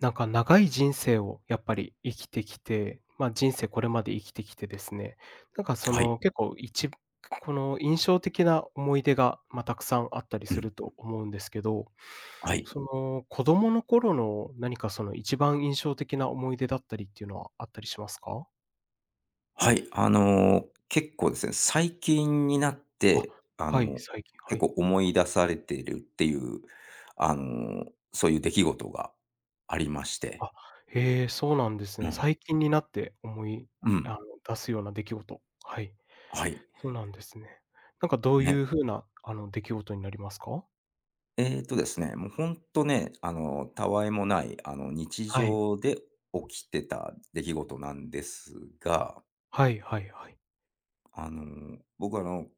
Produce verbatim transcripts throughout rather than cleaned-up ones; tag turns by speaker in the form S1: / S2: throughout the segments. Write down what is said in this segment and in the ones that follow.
S1: なんか長い人生をやっぱり生きてきて、まあ、人生これまで生きてきてですね、なんかそ
S2: はい。
S1: の結構一この印象的な思い出が、まあ、たくさんあったり
S2: う
S1: す
S2: ん。
S1: ると思うんですけど、
S2: はい。
S1: その子供の頃の何かその一番印象的な思い出だったりっていうのはあったりしますか？
S2: はい。あの、結構ですね、最近になっ
S1: あ、
S2: て、あ
S1: はい、
S2: の、
S1: 最近、は
S2: 結構
S1: い。
S2: 思い出されているっていう、あの、そういう出来事がありまして。
S1: あ、へえ、そうなんです
S2: う
S1: ね。
S2: ん。
S1: 最近になって思い
S2: う
S1: あの、
S2: ん。
S1: 出すような出来事。はい。
S2: はい。
S1: そうなんですね。なんかどうい
S2: ね。
S1: う風な、あの、出来事になりますか？
S2: えっとですね、もうほんとね、あの、たわいもない、あの、日
S1: はい。
S2: 常で起きてた出来事なんですが、
S1: はいはいはい。
S2: あの、僕はあの、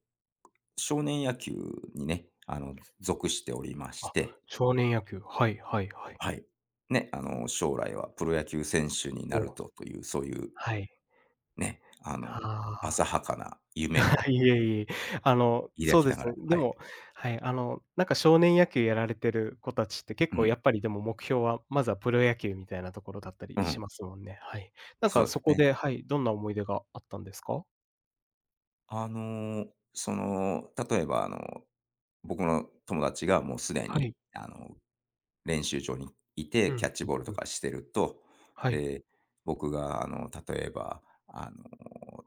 S2: 少年野球にね、あの、属しておりまし
S1: あ、
S2: て。
S1: 少年野球。はいはいはい。
S2: はい。ね、あの、将来はプロ野球選手になる
S1: お。
S2: とという、そういう
S1: はい。
S2: ね、あの、
S1: あ
S2: 浅
S1: あ、
S2: はかな夢を
S1: いえいえ。あの、
S2: 抱
S1: そう
S2: き
S1: で
S2: なが
S1: す
S2: ら、
S1: ね。で
S2: はい。
S1: も、はい、あの、なんか少年野球やられてる子たちって結
S2: う
S1: 構
S2: ん、
S1: やっぱりでも目標は、まずはプロ野球みたいなところだった
S2: う
S1: りし
S2: ん、
S1: ますもんね。はい。なん
S2: そ
S1: か
S2: うで
S1: そ
S2: す
S1: こ
S2: ね。
S1: で、はい、どんな思い出があったんですか？
S2: あの、その、例えば、あの、僕の友達がもうすで
S1: は
S2: に、
S1: い。
S2: あの、練習場にい
S1: う
S2: て、
S1: ん、う
S2: キ
S1: ん
S2: ャッチボールと
S1: うん、
S2: かしてると、
S1: はい。
S2: で、僕が、あの、例えば、あの、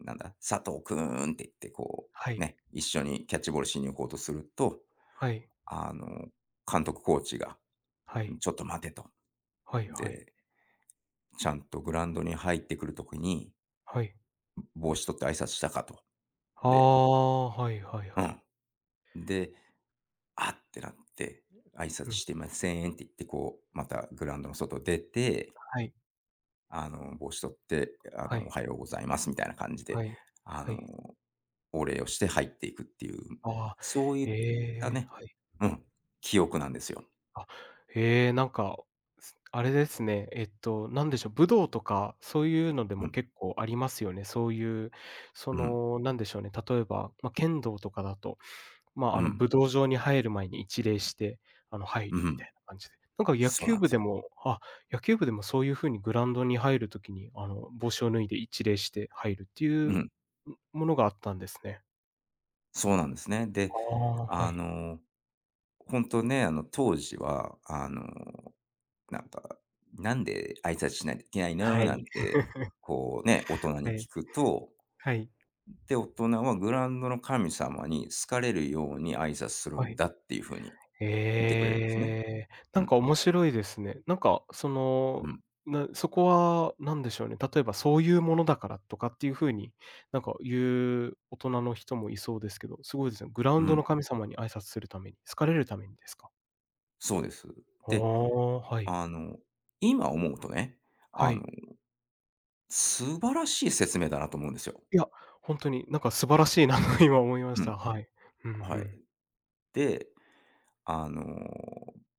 S2: なんだ、佐藤くんって言って、こ
S1: は
S2: う、
S1: い。
S2: ね、一緒にキャッチボールしに行こうとすると、
S1: はい。
S2: あの、監督コーチが、
S1: はい。
S2: ちょっと待てと。
S1: はいはい。
S2: で、ちゃんとグラウンドに入ってくるときに、
S1: はい。
S2: 帽子取って挨拶したかと。
S1: あ
S2: で、
S1: あ、はいはい
S2: う
S1: はい。
S2: ん。で、あってなって、挨
S1: う
S2: 拶
S1: ん、
S2: してませんって言って、こう、またグラウンドの外出て、
S1: はい、
S2: あの、帽子取って、あ
S1: は
S2: の、お
S1: い、
S2: はようございますみたいな感じで、
S1: はい、
S2: あ
S1: は
S2: の、
S1: い。
S2: お礼をして入っていくっていう、
S1: ああ、
S2: そうい
S1: え
S2: った
S1: え、
S2: ね。
S1: はい。
S2: うん、記憶なんですよ。
S1: あ、ええ、なんか、すあれですね、えっと、なんでしょう、武道とかそういうので
S2: う
S1: も
S2: ん、
S1: 結構ありますよね。そういう、そ
S2: うん、
S1: の、なんでしょうね、例えば、ま、剣道とかだと、まあ、
S2: う
S1: あの、
S2: ん、
S1: 武道場に入る前に一礼して、あの、入
S2: う
S1: るみた
S2: ん。
S1: いな感じで。なんか野
S2: そうな
S1: 球
S2: ん
S1: 部
S2: です
S1: で
S2: よ。
S1: もあ、野球部でもそういう風にグラウンドに入る時に、あの、帽子を脱いで一礼して入るっていう、
S2: うん。
S1: ん、ものがあったんですね。
S2: そうなんですね。
S1: あ
S2: で、
S1: あ、は
S2: あ
S1: い。
S2: の、本当ね、あの、当時は、あの、なんか、「なんで挨拶しないといけないの？」
S1: は
S2: な
S1: い、
S2: んて、こうね、大人
S1: は
S2: に
S1: い、
S2: 聞くと、
S1: はい。
S2: で、大人はグラウンドの神様に好かれるように挨拶する
S1: は
S2: ん
S1: い。
S2: だっていう風に言ってくれるんですね。
S1: ええ、
S2: う
S1: なん
S2: ん、
S1: か面白いですね。なんか、そ
S2: う
S1: の、
S2: ん、
S1: なそこは何でしょうね、例えばそういうものだからとかっていう風に、なんか言う大人の人もいそうですけど、すごいですね。グラウ
S2: う
S1: ンドの
S2: ん、
S1: 神様に挨拶するために、好かれるためにですか？
S2: そうです。
S1: あ
S2: で、
S1: あ、はい。
S2: あの、今思うとね、
S1: は
S2: あの、
S1: い。
S2: 素晴らしい説明だなと思うんですよ。
S1: いや、ほんとになんか素晴らしいなと今思いまし
S2: うん、
S1: た。はい。うんう
S2: はい。
S1: ん。
S2: で、あの、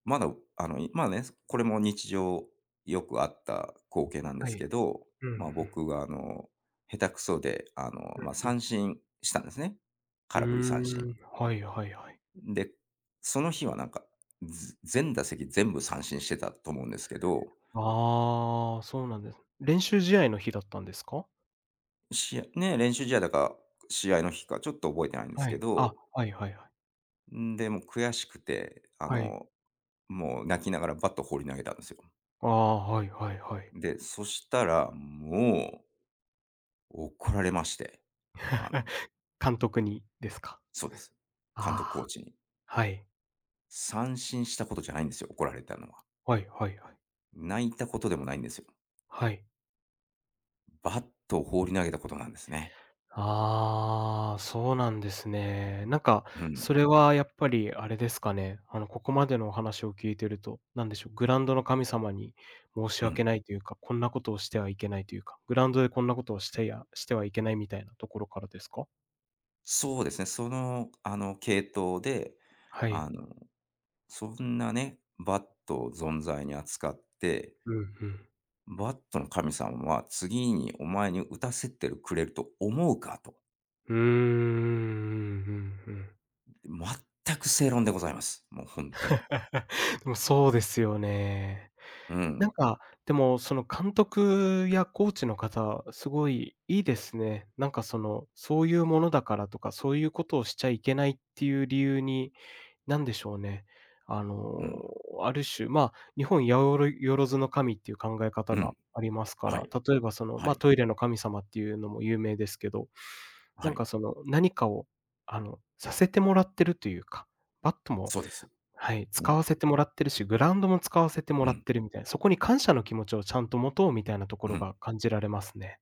S2: まだ、あの、いまあね、これも日常よくあった光景なんで
S1: は
S2: す
S1: い。
S2: けど、
S1: うんう
S2: まあ、
S1: ん。
S2: 僕があの、下手くそで、あの、まあ、
S1: うんう
S2: 三
S1: ん。
S2: 振したんですね。
S1: うー
S2: 空振り三振。
S1: ん、はいはいはい。
S2: で、その日はなんか、ず全打席全部三振してたと思うんですけど、
S1: ああ、そうなんです。練習試合の日だったんですか？
S2: 試合ね、練習試合だか、試合の日かちょっと覚えてないんです
S1: は
S2: け
S1: い。あ、
S2: ど、
S1: はいはいはい。
S2: んで、もう悔しくて、あ
S1: はい。
S2: の、もう泣きながらバット放り投げたんですよ。
S1: ああ、はいはいはい。
S2: で、そしたらもう怒られまして、あの
S1: 監督にですか？
S2: そうです。監督コー
S1: ああ、
S2: チに。
S1: はい。
S2: 三振したことじゃないんですよ、怒られたのは。
S1: はいはいはい。
S2: 泣いたことでもないんですよ。
S1: はい。
S2: バットを放り投げたことなんですね。
S1: ああ、そうなんですね。なんか、
S2: うん、
S1: それはやっぱりあれですかね、あの、ここまでのお話を聞いてると、なんでしょう、グラウンドの神様に申し
S2: う
S1: 訳
S2: ん。
S1: ないというか、こんなことをしてはいけないというか、グラウンドでこんなことをしてやしてはいけないみたいなところからですか？
S2: そうですね、その、あの、系統で、
S1: はい。
S2: あの、そんなね、バットを存在に扱って、
S1: うんうん。
S2: バットの神様は次にお前に打たせてくれると思うかと。
S1: うーん、うんうんうん。
S2: 全く正論でございます。もう本当に。
S1: でもそうですよね。
S2: う
S1: なん
S2: ん、
S1: か、でもその監督やコーチの方、すごいいいですね。なんかその、そういうものだからとか、そういうことをしちゃいけないっていう理由に、なんでしょうね。あ
S2: うん、
S1: の、ある種、まあ、日本やおろよろずの神っていう考え方
S2: う
S1: が
S2: ん。
S1: ありますか
S2: は
S1: ら、
S2: い、
S1: 例えばその、
S2: は
S1: まあ、
S2: い、
S1: トイレの神様っていうのも有名ですけど、な
S2: は
S1: ん
S2: い。
S1: かその、何かを、あの、させてもらってるというか、バットも
S2: そうです。
S1: はい、
S2: う
S1: 使
S2: ん、
S1: わせてもらってるし、グラウンドも使わせても
S2: う
S1: らっ
S2: ん、
S1: てるみたいな、そこに感謝の気持ちをちゃんと持とうみたいなとこ
S2: う
S1: ろ
S2: ん。
S1: が感じられますね。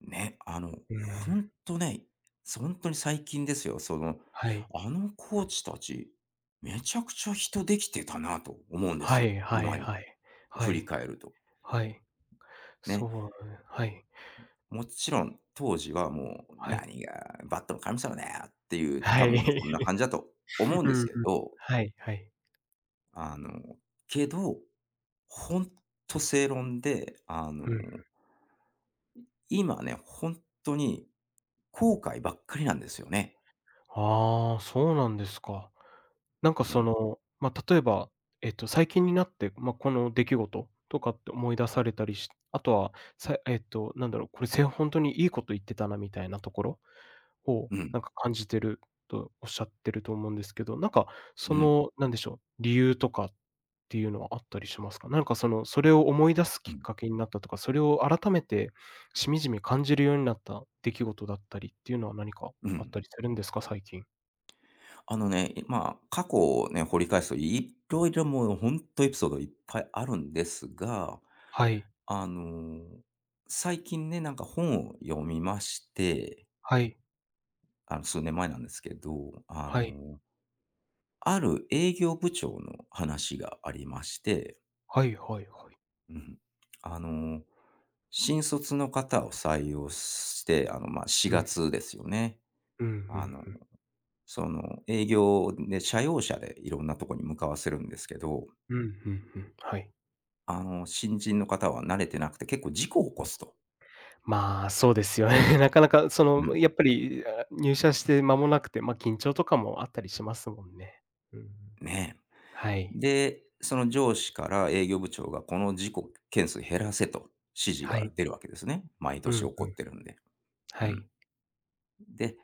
S2: ね、あの、
S1: う
S2: ほ
S1: ん。
S2: んとね、本ほんとに最近ですよ、その、
S1: はい。
S2: あのコーチたち、めちゃくちゃ人できてたなと思うんです
S1: は
S2: よ、
S1: いはい
S2: 今に
S1: はい。は
S2: 振り
S1: い。
S2: 返ると。
S1: はい。そ
S2: ね。
S1: うね。はい。
S2: もちろん当時はもう、
S1: はい。
S2: 何がバットの神様だよっていう、
S1: は
S2: 多
S1: い。
S2: 分そんな感じだと思 うん
S1: う
S2: で
S1: ん
S2: す
S1: うん。
S2: けど、
S1: はいはいはい、そう、はいはいはい、
S2: あの、けど、ほんと正論で、あの
S1: うん。
S2: 今ね、本当に後悔ばっかりなんですよね。
S1: ああ、そうなんですか。なん
S2: う
S1: かそ
S2: ん、
S1: の、まあ、例えば、えっと、最近になって、まあ、この出来事とかって思い出されたりし、あとは、さえっと、なんだろう、これ、せ本当にいいこと言ってたなみたいなところを、
S2: うん、
S1: なんか感じてるとおっしゃってると思うんですけど、なんかそ
S2: うん、
S1: の、なんでしょう、理由とかっていうのはあったりしますか？なんかその、それを思い出す
S2: う
S1: きっ
S2: ん、
S1: かけになったとか、それを改めてしみじみ感じるようになった出来事だったりっていうのは何か
S2: う
S1: あっ
S2: ん。
S1: たりするんですか？最近。
S2: あのね、まあ、過去をね、掘り返すと色々もう本当エピソードいっぱいあるんですが、
S1: はい、
S2: あの、最近ね、なんか本を読みまして、
S1: はい、
S2: あの、数年前なんですけど、あ
S1: はい、
S2: の、ある営業部長の話がありまして。
S1: はいはいはい。
S2: うん。あの、新卒の方を採用して、あの、まあ、
S1: う
S2: 4
S1: ん、
S2: 月ですよね。
S1: うん、うんう
S2: あの、
S1: ん。
S2: その、営業で社用車でいろんなとこに向かわせるんですけど、
S1: うん、うんうん、はい。
S2: あの、新人の方は慣れてなくて結構事故を起こすと。
S1: まあ、そうですよね。なかなかそ
S2: う
S1: の、
S2: ん。
S1: やっぱり、あ、入社して間もなくて、まあ、緊張とかもあったりしますもんね。うんうん。
S2: ね
S1: は
S2: え。
S1: い。
S2: で、その上司から営業部長がこの事故件数減らせと指示
S1: は
S2: が
S1: い。
S2: 出るわけですね。毎
S1: うん
S2: 年
S1: うん。
S2: 起こってるんで。う
S1: は
S2: ん。
S1: い。
S2: で、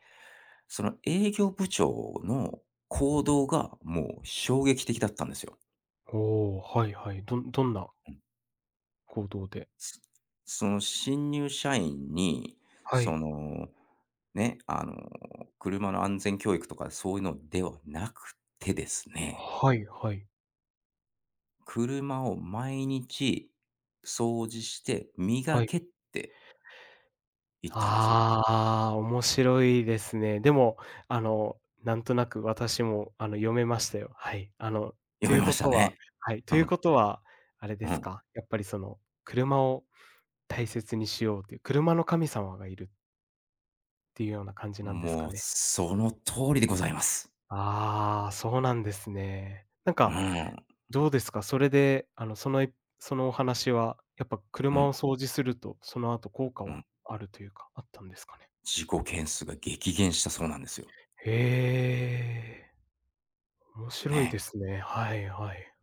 S2: その営業部長の行動がもう衝撃的だったんですよ。
S1: おお、はいはい。どんどんな行動で？
S2: すその新入社員に、
S1: は
S2: そ
S1: い。
S2: の、ね、あの、車の安全教育とかそういうのではなくてですね、
S1: はいはい。
S2: 車を毎日掃除して磨
S1: はい。
S2: けって言ったんですよ。
S1: ああ、面白いですね。でも、あの、なんとなく私も、あの、読めましたよ。はい。あの、と
S2: 読
S1: いう
S2: めま
S1: こ
S2: した
S1: とは、
S2: ね。
S1: はい、と
S2: う
S1: いう
S2: ん、
S1: ことは、あれで
S2: う
S1: す
S2: ん。
S1: か、やっぱりその、車を大切にしようという、車の神様がいるっていうような感じなんです
S2: も
S1: か
S2: う
S1: ね。
S2: その通りでございます。
S1: ああ、そうなんですね。なん
S2: う
S1: か、
S2: ん、
S1: どうですか？それで、あの、その、いそのお話は、やっぱ
S2: う
S1: 車を
S2: ん、
S1: 掃除すると、その後効果
S2: う
S1: は
S2: ん。
S1: あるというか、あったんですかね？
S2: 事故件数が激減したそうなんですよ。
S1: へえ、面白いで
S2: ね。
S1: すね。はいはい。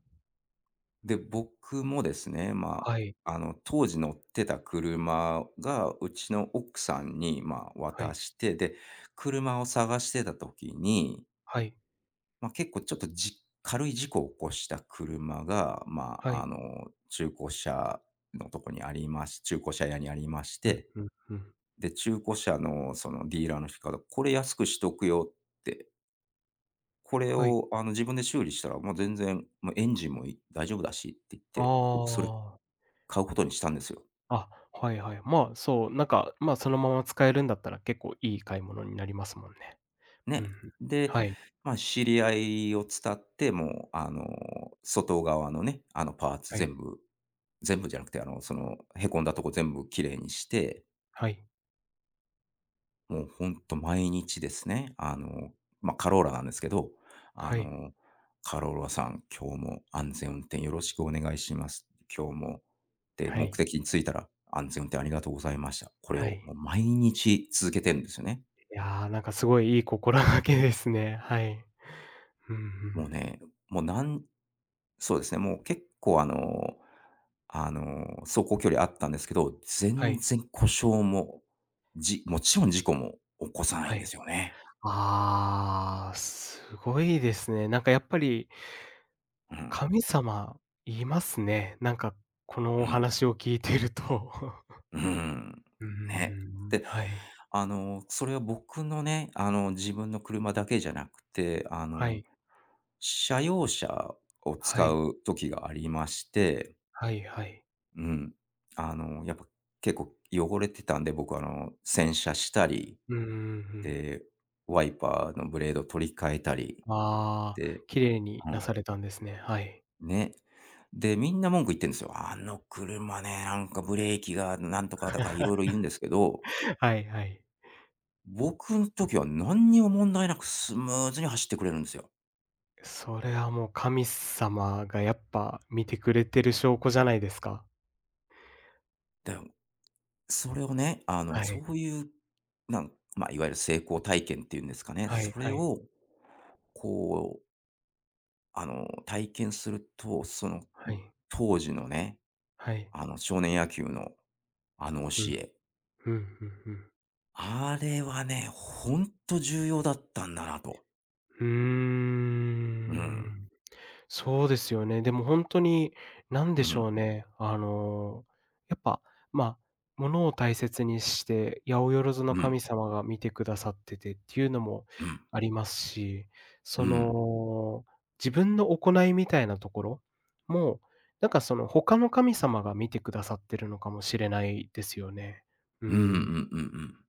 S2: で、僕もですね、ま
S1: はい
S2: あ、あの、当時乗ってた車が、うちの奥さんに、まあ、
S1: は
S2: 渡
S1: い。
S2: して、で、車を探してた時に、
S1: はい。
S2: まあ、結構ちょっとじ軽い事故を起こした車が、ま
S1: は
S2: あ、あ
S1: い。
S2: の、中古車のとこにありまし中古車屋にありまし
S1: うん
S2: て、
S1: うんうん。
S2: で、中古車のそのディーラーの人から、これ安くしとくよって、これ
S1: はい。
S2: をあの自分で修理したら、もう全然もうエンジンもい大丈夫だしって言っ
S1: あ
S2: て、僕それ
S1: あ、
S2: 買うことにしたんですよ。
S1: あ、はいはい。まあ、そう、なんか、まあ、そのまま使えるんだったら、結構いい買い物になりますもんね。うんう
S2: ね。
S1: ん。
S2: で、
S1: はい、
S2: まあ、知り合いを伝って、もう、あの、外側のね、あの、パーツ
S1: はい、
S2: 全部、全部じゃなくて、あの、その、へこんだとこ全部きれいにして、
S1: はい、
S2: もうほんと毎日ですね、あの、まあ、カローラなんですけど、あ
S1: はい、
S2: の、「カローラさん、今日も安全運転よろしくお願いします。今日も」で、
S1: は
S2: 目
S1: い、
S2: 的に着いたら、「安全運転ありがとうございました」。これ
S1: は
S2: を
S1: い。
S2: もう毎日続けてるんですよね。
S1: いや、なんかすごいいい心がけですね。はい。うんうん。
S2: もうね、もうなんそうですね、もう結構あの、あの、走行距離あったんですけど、
S1: は
S2: 全
S1: い、
S2: 然故障も、じもちろん事故も起こさない
S1: は
S2: んです
S1: い。
S2: よね。
S1: ああ、すごいですね。なんかやっぱり
S2: うん、
S1: 神様いますね。なんかこ
S2: う
S1: のお
S2: ん、
S1: 話を聞いていると。
S2: うん。
S1: う
S2: ね。
S1: んん。
S2: で、
S1: はい、
S2: あの、それは僕のね、あの、自分の車だけじゃなくて、あ
S1: は
S2: の、
S1: い、
S2: 社用車を
S1: は
S2: 使
S1: い、
S2: う時がありまして、
S1: はいはい。
S2: うん。あの、やっぱ結構汚れてたんで、僕あの、洗車したり
S1: うんうんうん。
S2: で、ワイパーのブレード取り替えたり、
S1: ああ、
S2: で、
S1: 綺麗に
S2: う
S1: な
S2: ん、
S1: されたんですね。はい。
S2: ね。で、みんな文句言ってんですよ。あの車ね、なんかブレーキがなんとかだかいろいろ言うんですけど、
S1: はいはい。
S2: 僕の時は何にも問題なくスムーズに走ってくれるんですよ。
S1: それはもう神様がやっぱ見てくれてる証拠じゃないですか。
S2: で、それをね、あの、
S1: は
S2: そ
S1: い。
S2: ういう、なんまあ、いわゆる成功体験っていうんですかね、
S1: はい
S2: そ
S1: は
S2: れ
S1: い
S2: をこう、あの、体験すると、その、
S1: はい、はい。
S2: 当時のね、
S1: はい。
S2: あの、少年野球のあの
S1: う
S2: 教
S1: ん、
S2: え。
S1: ふんふんふん。
S2: あれはね、ほんと重要だったんだなと。
S1: うー
S2: うん、
S1: ん。そうですよね。でも本当に、なんで
S2: う
S1: し
S2: ん、
S1: ょうね、あの、やっぱ、ま、あものを大切にして、八百万の
S2: う
S1: 神
S2: ん、
S1: 様が見てくださっててっていうのも
S2: うん、
S1: ありますし、
S2: う
S1: そ
S2: ん、
S1: の、自分の行いみたいなところも、なんかその、他の神様が見てくださってるのかもしれないですよね。う
S2: うんうんう
S1: ん。
S2: んうん。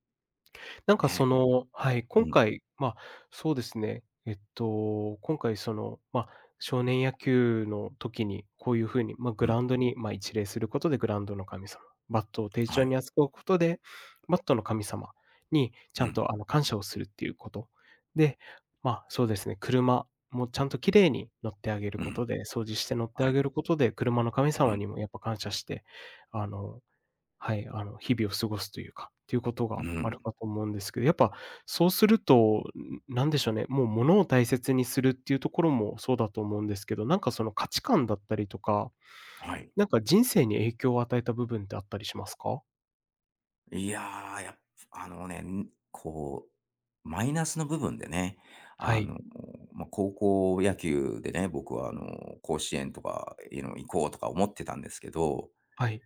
S1: なんかそ
S2: ね。
S1: の、はい、
S2: う
S1: 今
S2: ん、
S1: 回、ま、そうですね、えっと、今回その、ま、少年野球の時に、こういう風に、ま、グ
S2: う
S1: ラ
S2: ん、
S1: ウンドに、ま、一礼することでグラウンドの神様、バットを丁
S2: は
S1: 重
S2: い、
S1: に扱うことで、バットの神様にち
S2: う
S1: ゃん
S2: ん、
S1: とあの感謝をするっていうこと。で、ま、そうですね、車もちゃんと綺麗に乗ってあげる
S2: う
S1: こ
S2: ん、
S1: とで、掃除して乗って
S2: は
S1: あ
S2: い、
S1: げることで、車の神
S2: う
S1: 様
S2: ん、
S1: にもやっぱ感謝して、あのはい、あの、日々を過ごすというか、っていうこと
S2: う
S1: がある
S2: ん、
S1: かと思うんですけど、やっぱそうすると、ん、なんでしょうね、もう物を大切にするっていうところもそうだと思うんですけど、なんかその価値観だったりとか、
S2: はい。
S1: なんか人生に影響を与えた部分ってあったりしますか？
S2: いやー、やっぱあのね、ん、こう、マイナスの部分でね、
S1: は
S2: あの、
S1: い。
S2: まあ、高校野球でね、僕はあの、甲子園とか、いの行こうとか思ってたんですけど。
S1: はい。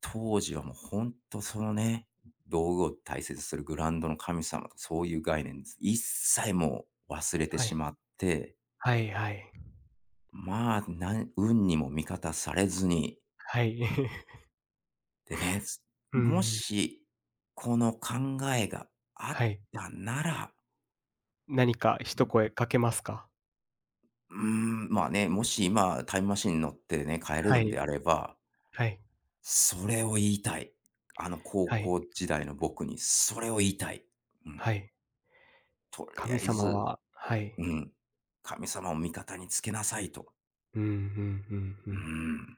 S2: 当時はもうほんとそのね、道具を大切にするグランドの神様とかそういう概念です。一切もう忘れて
S1: は
S2: し
S1: い。
S2: まって、
S1: はいはい。
S2: まあ、なん運にも味方されずに、
S1: はい。
S2: でね、
S1: う
S2: も
S1: ん。
S2: し、この考えがあっ
S1: はい。
S2: たなら、
S1: 何か一声かけますか？
S2: ううーん、まあね、もし今タイムマシンに乗ってね、帰れ
S1: は
S2: るんで
S1: い。
S2: あれば
S1: はい。
S2: それを言いたい。あの高
S1: はい。
S2: 校時代の僕にそれを言いたい。うん。
S1: はい。
S2: とりあ
S1: 神
S2: え
S1: 様
S2: ず。
S1: は、はい。
S2: うん。神様を味方につけなさいと。
S1: うんうんうんう
S2: う
S1: ん。
S2: ん。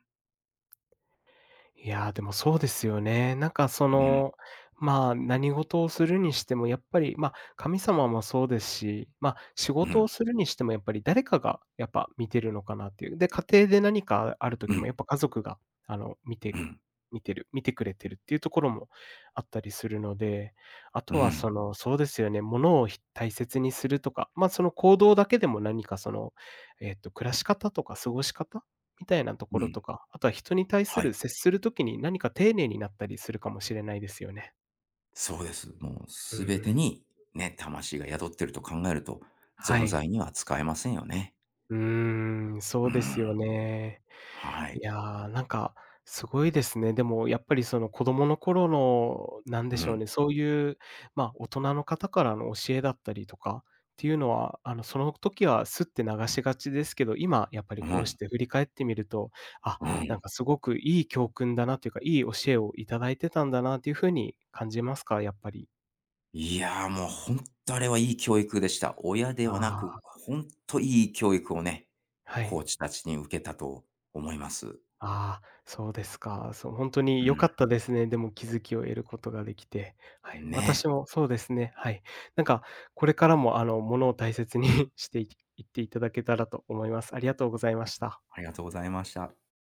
S1: いやー、でもそうですよね。なんかそ
S2: うん。
S1: の、まあ、何事をするにしてもやっぱり、ま、神様もそうですし、ま、仕
S2: う
S1: 事を
S2: ん。
S1: するにしてもやっぱり誰かがやっぱ見てるのかなっていう。で、家庭で何かある
S2: う
S1: 時も
S2: ん。
S1: やっぱ家族が、あの、見
S2: う
S1: て
S2: ん。
S1: 見てる見てくれてるっていうところもあったりするので、あ
S2: う
S1: とはそ
S2: ん。
S1: の、そうですよね、物をひ大切にするとか、ま、その行動だけでも何かその、えっと、暮らし方とか過ごし方みたいなとこ
S2: う
S1: ろ
S2: ん。
S1: とか、あとは人に対
S2: は
S1: す
S2: い。
S1: る接する時に何か丁寧になったりするかもしれないですよね。
S2: そうです。もう
S1: う
S2: すべて
S1: ーん。
S2: にね、魂が宿ってると考えると、
S1: は
S2: 存在
S1: い。
S2: には使えませんよね。
S1: うーん、
S2: う
S1: そうです
S2: ん。
S1: よね。
S2: は
S1: い
S2: い。
S1: やー、なんか、すごいですね。でもやっぱりその子供の頃の、なんで
S2: う
S1: しょう
S2: ん。
S1: ね、そういう、まあ、大人の方からの教えだったりとかっていうのは、あの、その時はすって流しがちですけど、今やっぱ
S2: う
S1: りこうし
S2: ん。
S1: て振り返ってみると、あ、
S2: う
S1: なん
S2: ん。
S1: かすごくいい教訓だなというか、いい教えをいただいてたんだなっていう風に感じますか？やっぱり。
S2: いやー、もう本当あれはいい教育でした。親ではな
S1: あ
S2: く、
S1: あ、
S2: 本当いい教育をね、
S1: は
S2: コー
S1: い。
S2: チたちに受けたと思います。
S1: ああ、そうですか。そう、本当に良かっ
S2: う
S1: たですね。でも気づきを得ることができて。はい、
S2: ん。
S1: 私
S2: ね。
S1: もそうですね、はい。なんか、これからも、あの、物を大切に していいっていただけたらと思います。ありがとうございました。
S2: ありがとうございました。